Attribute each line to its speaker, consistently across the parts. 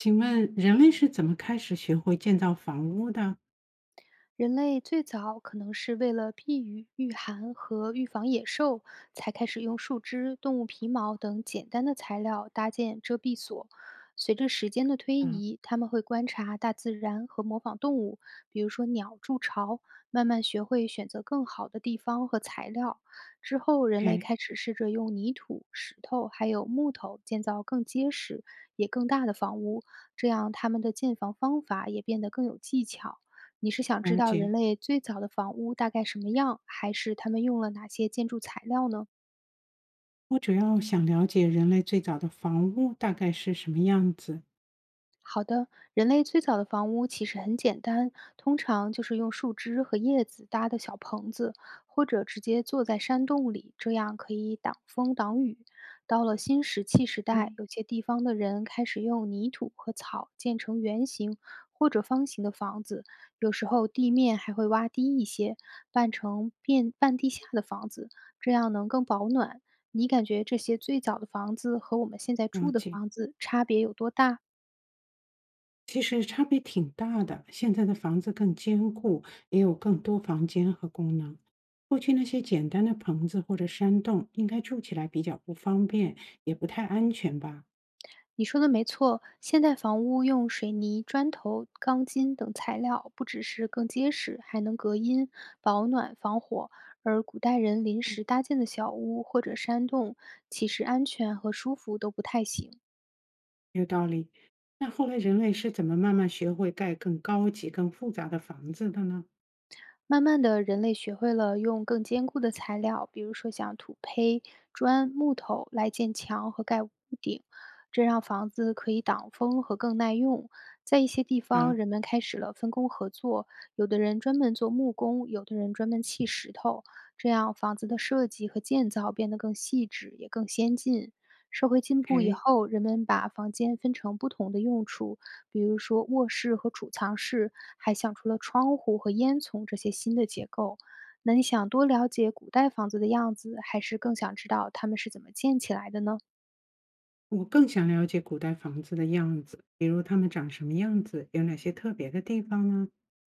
Speaker 1: 请问人类是怎么开始学会建造房屋的？
Speaker 2: 人类最早可能是为了避雨、御寒和预防野兽，才开始用树枝、动物皮毛等简单的材料搭建遮蔽所。随着时间的推
Speaker 1: 啊
Speaker 2: 移，他们会观察大自然和模仿动物，比如说鸟筑巢，慢慢学会选择更好的地方和材料。之后，人类
Speaker 1: ，OK，
Speaker 2: 开始试着用泥土、石头还有木头建造更结实也更大的房屋，这样他们的建房方法也变得更有技巧。你是想知
Speaker 1: 了
Speaker 2: 道
Speaker 1: 解。
Speaker 2: 人类最早的房屋大概什么样，还是他们用了哪些建筑材料呢？
Speaker 1: 我主要想了解人类最早的房屋大概是什么样子。
Speaker 2: 好的，人类最早的房屋其实很简单，通常就是用树枝和叶子搭的小棚子，或者直接坐在山洞里，这样可以挡风挡雨。到了新石器时代，
Speaker 1: 嗯，
Speaker 2: 有些地方的人开始用泥土和草建成圆形或者方形的房子，有时候地面还会挖低一些，办成变半地下的房子，这样能更保暖。你感觉这些最早的房子和我们现在
Speaker 1: 了
Speaker 2: 住的
Speaker 1: 解。
Speaker 2: 房子差别有多大？
Speaker 1: 其实差别挺大的，现在的房子更坚固，也有更多房间和功能。过去那些简单的棚子或者山洞，应该住起来比较不方便，也不太安全吧？
Speaker 2: 你说的没错，现代房屋用水泥、砖头、钢筋等材料，不只是更结实，还能隔音、保暖、防火。而古代人临
Speaker 1: 嗯，
Speaker 2: 时搭建的小屋或者山洞，其实安全和舒服都不太行。
Speaker 1: 有道理。那后来人类是怎么慢慢学会盖更高级、更复杂的房子的呢？
Speaker 2: 慢慢的，人类学会了用更坚固的材料，比如说像土坯、砖、木头来建墙和盖屋顶，这让房子可以挡风和更耐用。在一些地方，
Speaker 1: 啊，
Speaker 2: 人们开始了分工合作，有的人专门做木工，有的人专门砌石头，这样房子的设计和建造变得更细致，也更先进。社会进步以
Speaker 1: 哎，
Speaker 2: 后，人们把房间分成不同的用处，比如说卧室和储藏室，还想出了窗户和烟囱这些新的结构。那你想多了解古代房子的样子，还是更想知道它们是怎么建起来的呢？
Speaker 1: 我更想了解古代房子的样子，比如它们长什么样子，有哪些特别的地方呢？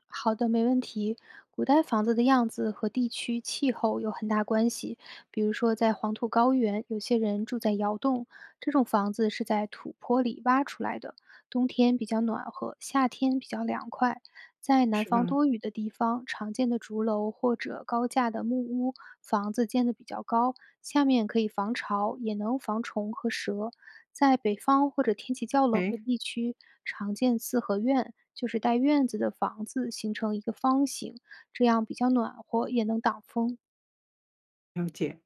Speaker 2: 好的，没问题。古代房子的样子和地区气候有很大关系。比如说，在黄土高原，有些人住在窑洞，这种房子是在土坡里挖出来的，冬天比较暖和，夏天比较凉快。在南
Speaker 1: 是
Speaker 2: 方
Speaker 1: 吧？
Speaker 2: 多雨的地方，常见的竹楼或者高架的木屋，房子建得比较高，下面可以防潮，也能防虫和蛇。在北方或者天气较冷的
Speaker 1: 哎，
Speaker 2: 地区，常见四合院，就是带院子的房子形成一个方形，这样比较暖和，也能挡风。
Speaker 1: 了解。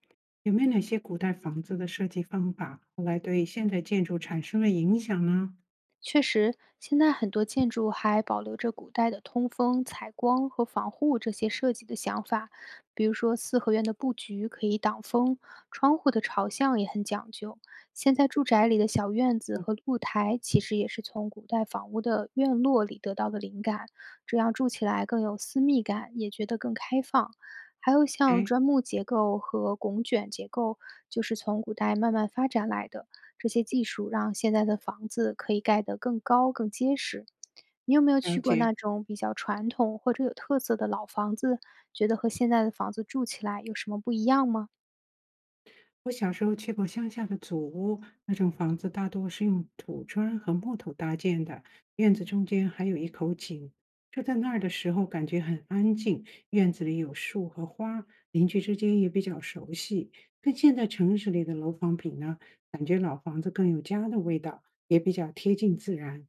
Speaker 1: 有没有哪些古代房子的设计方法后来对现代建筑产生了影响呢？
Speaker 2: 确实，现在很多建筑还保留着古代的通风、采光和防护这些设计的想法，比如说四合院的布局可以挡风，窗户的朝向也很讲究。现在住宅里的小院子
Speaker 1: 嗯，
Speaker 2: 和露台，其实也是从古代房屋的院落里得到的灵感，这样住起来更有私密感，也觉得更开放。还有像
Speaker 1: 哎，
Speaker 2: 砖木结构和拱卷结构，就是从古代慢慢发展来的。这些技术让现在的房子可以盖得更高、更结实。你有没有
Speaker 1: 了
Speaker 2: 去过
Speaker 1: 解。
Speaker 2: 那种比较传统或者有特色的老房子？觉得和现在的房子住起来有什么不一样吗？
Speaker 1: 我小时候去过乡下的祖屋，那种房子大多是用土砖和木头搭建的，院子中间还有一口井。住在那儿的时候，感觉很安静，院子里有树和花，邻居之间也比较熟悉。跟现在城市里的楼房比呢，感觉老房子更有家的味道，也比较贴近自然。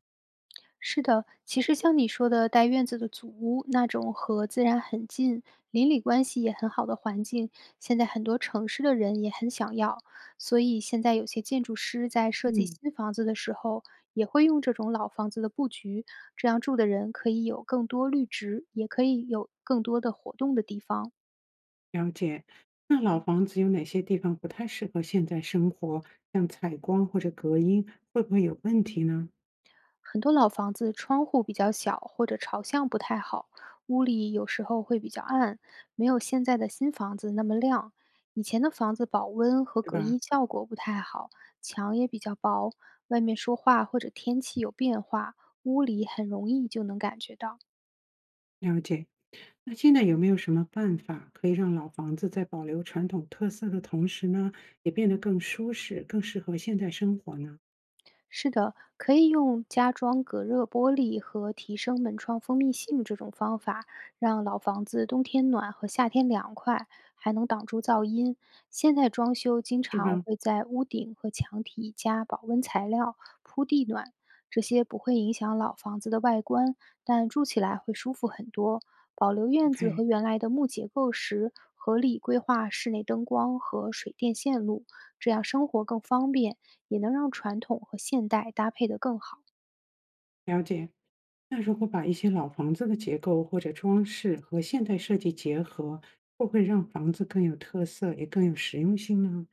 Speaker 2: 是的，其实像你说的带院子的祖屋那种和自然很近、邻里关系也很好的环境，现在很多城市的人也很想要。所以现在有些建筑师在设计
Speaker 1: 嗯，
Speaker 2: 新房子的时候，也会用这种老房子的布局，这样住的人可以有更多绿植，也可以有更多的活动的地方。
Speaker 1: 了解。那老房子有哪些地方不太适合现在生活？像采光或者隔音，会不会有问题呢？
Speaker 2: 很多老房子窗户比较小或者朝向不太好，屋里有时候会比较暗，没有现在的新房子那么亮。以前的房子保温和
Speaker 1: 对
Speaker 2: 隔
Speaker 1: 吧？
Speaker 2: 音效果不太好，墙也比较薄，外面说话或者天气有变化，屋里很容易就能感觉到。
Speaker 1: 了解。那现在有没有什么办法可以让老房子在保留传统特色的同时呢，也变得更舒适、更适合现代生活呢？
Speaker 2: 是的，可以用加装隔热玻璃和提升门窗封闭性这种方法，让老房子冬天暖和夏天凉快，还能挡住噪音。现在装修经
Speaker 1: 是
Speaker 2: 常
Speaker 1: 吧
Speaker 2: 会在屋顶和墙体加保温材料、铺地暖，这些不会影响老房子的外观，但住起来会舒服很多。保留院子和
Speaker 1: ？OK，
Speaker 2: 原来的木结构时，合理规划室内灯光和水电线路，这样生活更方便。也能让传统和现代搭配得更好。
Speaker 1: 了解。那如果把一些老房子的结构或者装饰和现代设计结合，会不会让房子更有特色，也更有实用性呢？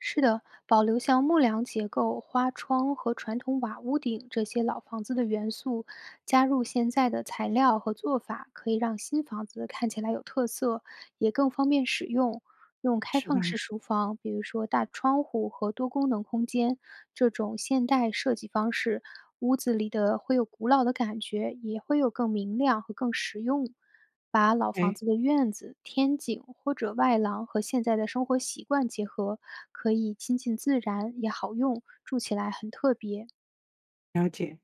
Speaker 2: 是的，保留像木梁结构、花窗和传统瓦屋顶这些老房子的元素，加入现在的材料和做法，可以让新房子看起来有特色，也更方便使用。用开
Speaker 1: 是
Speaker 2: 放
Speaker 1: 吧？
Speaker 2: 式厨房，比如说大窗户和多功能空间这种现代设计方式，屋子里的会有古老的感觉，也会有更明亮和更实用。把老房
Speaker 1: 哎，
Speaker 2: 子的院子、天井或者外廊和现在的生活习惯结合，可以亲近自然，也好用，住起来很特别。
Speaker 1: 了解。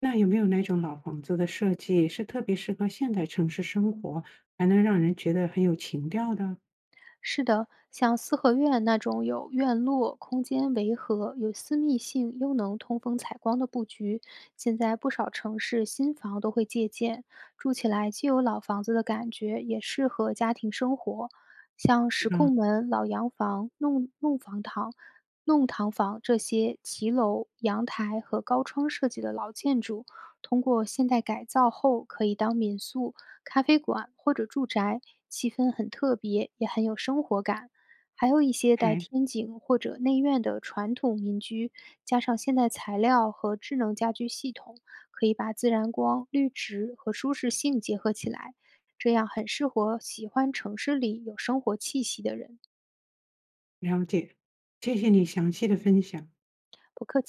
Speaker 1: 那有没有哪种老房子的设计是特别适合现代城市生活，还能让人觉得很有情调的？
Speaker 2: 是的，像四合院那种有院落、空间围合、有私密性又能通风采光的布局，现在不少城市新房都会借鉴，住起来既有老房子的感觉，也适合家庭生活。像
Speaker 1: 是
Speaker 2: 石库
Speaker 1: 吧
Speaker 2: 门、老洋房、弄弄房堂、弄堂房这些骑楼、阳台和高窗设计的老建筑，通过现代改造后可以当民宿，咖啡馆或者住宅，气氛很特别，也很有生活感。还有一些带
Speaker 1: ？OK。
Speaker 2: 天井或者内院的传统民居，加上现代材料和智能家居系统，可以把自然光、绿植和舒适性结合起来，这样很适合喜欢城市里有生活气息的人。
Speaker 1: 了解，谢谢你详细的分享。
Speaker 2: 不客气。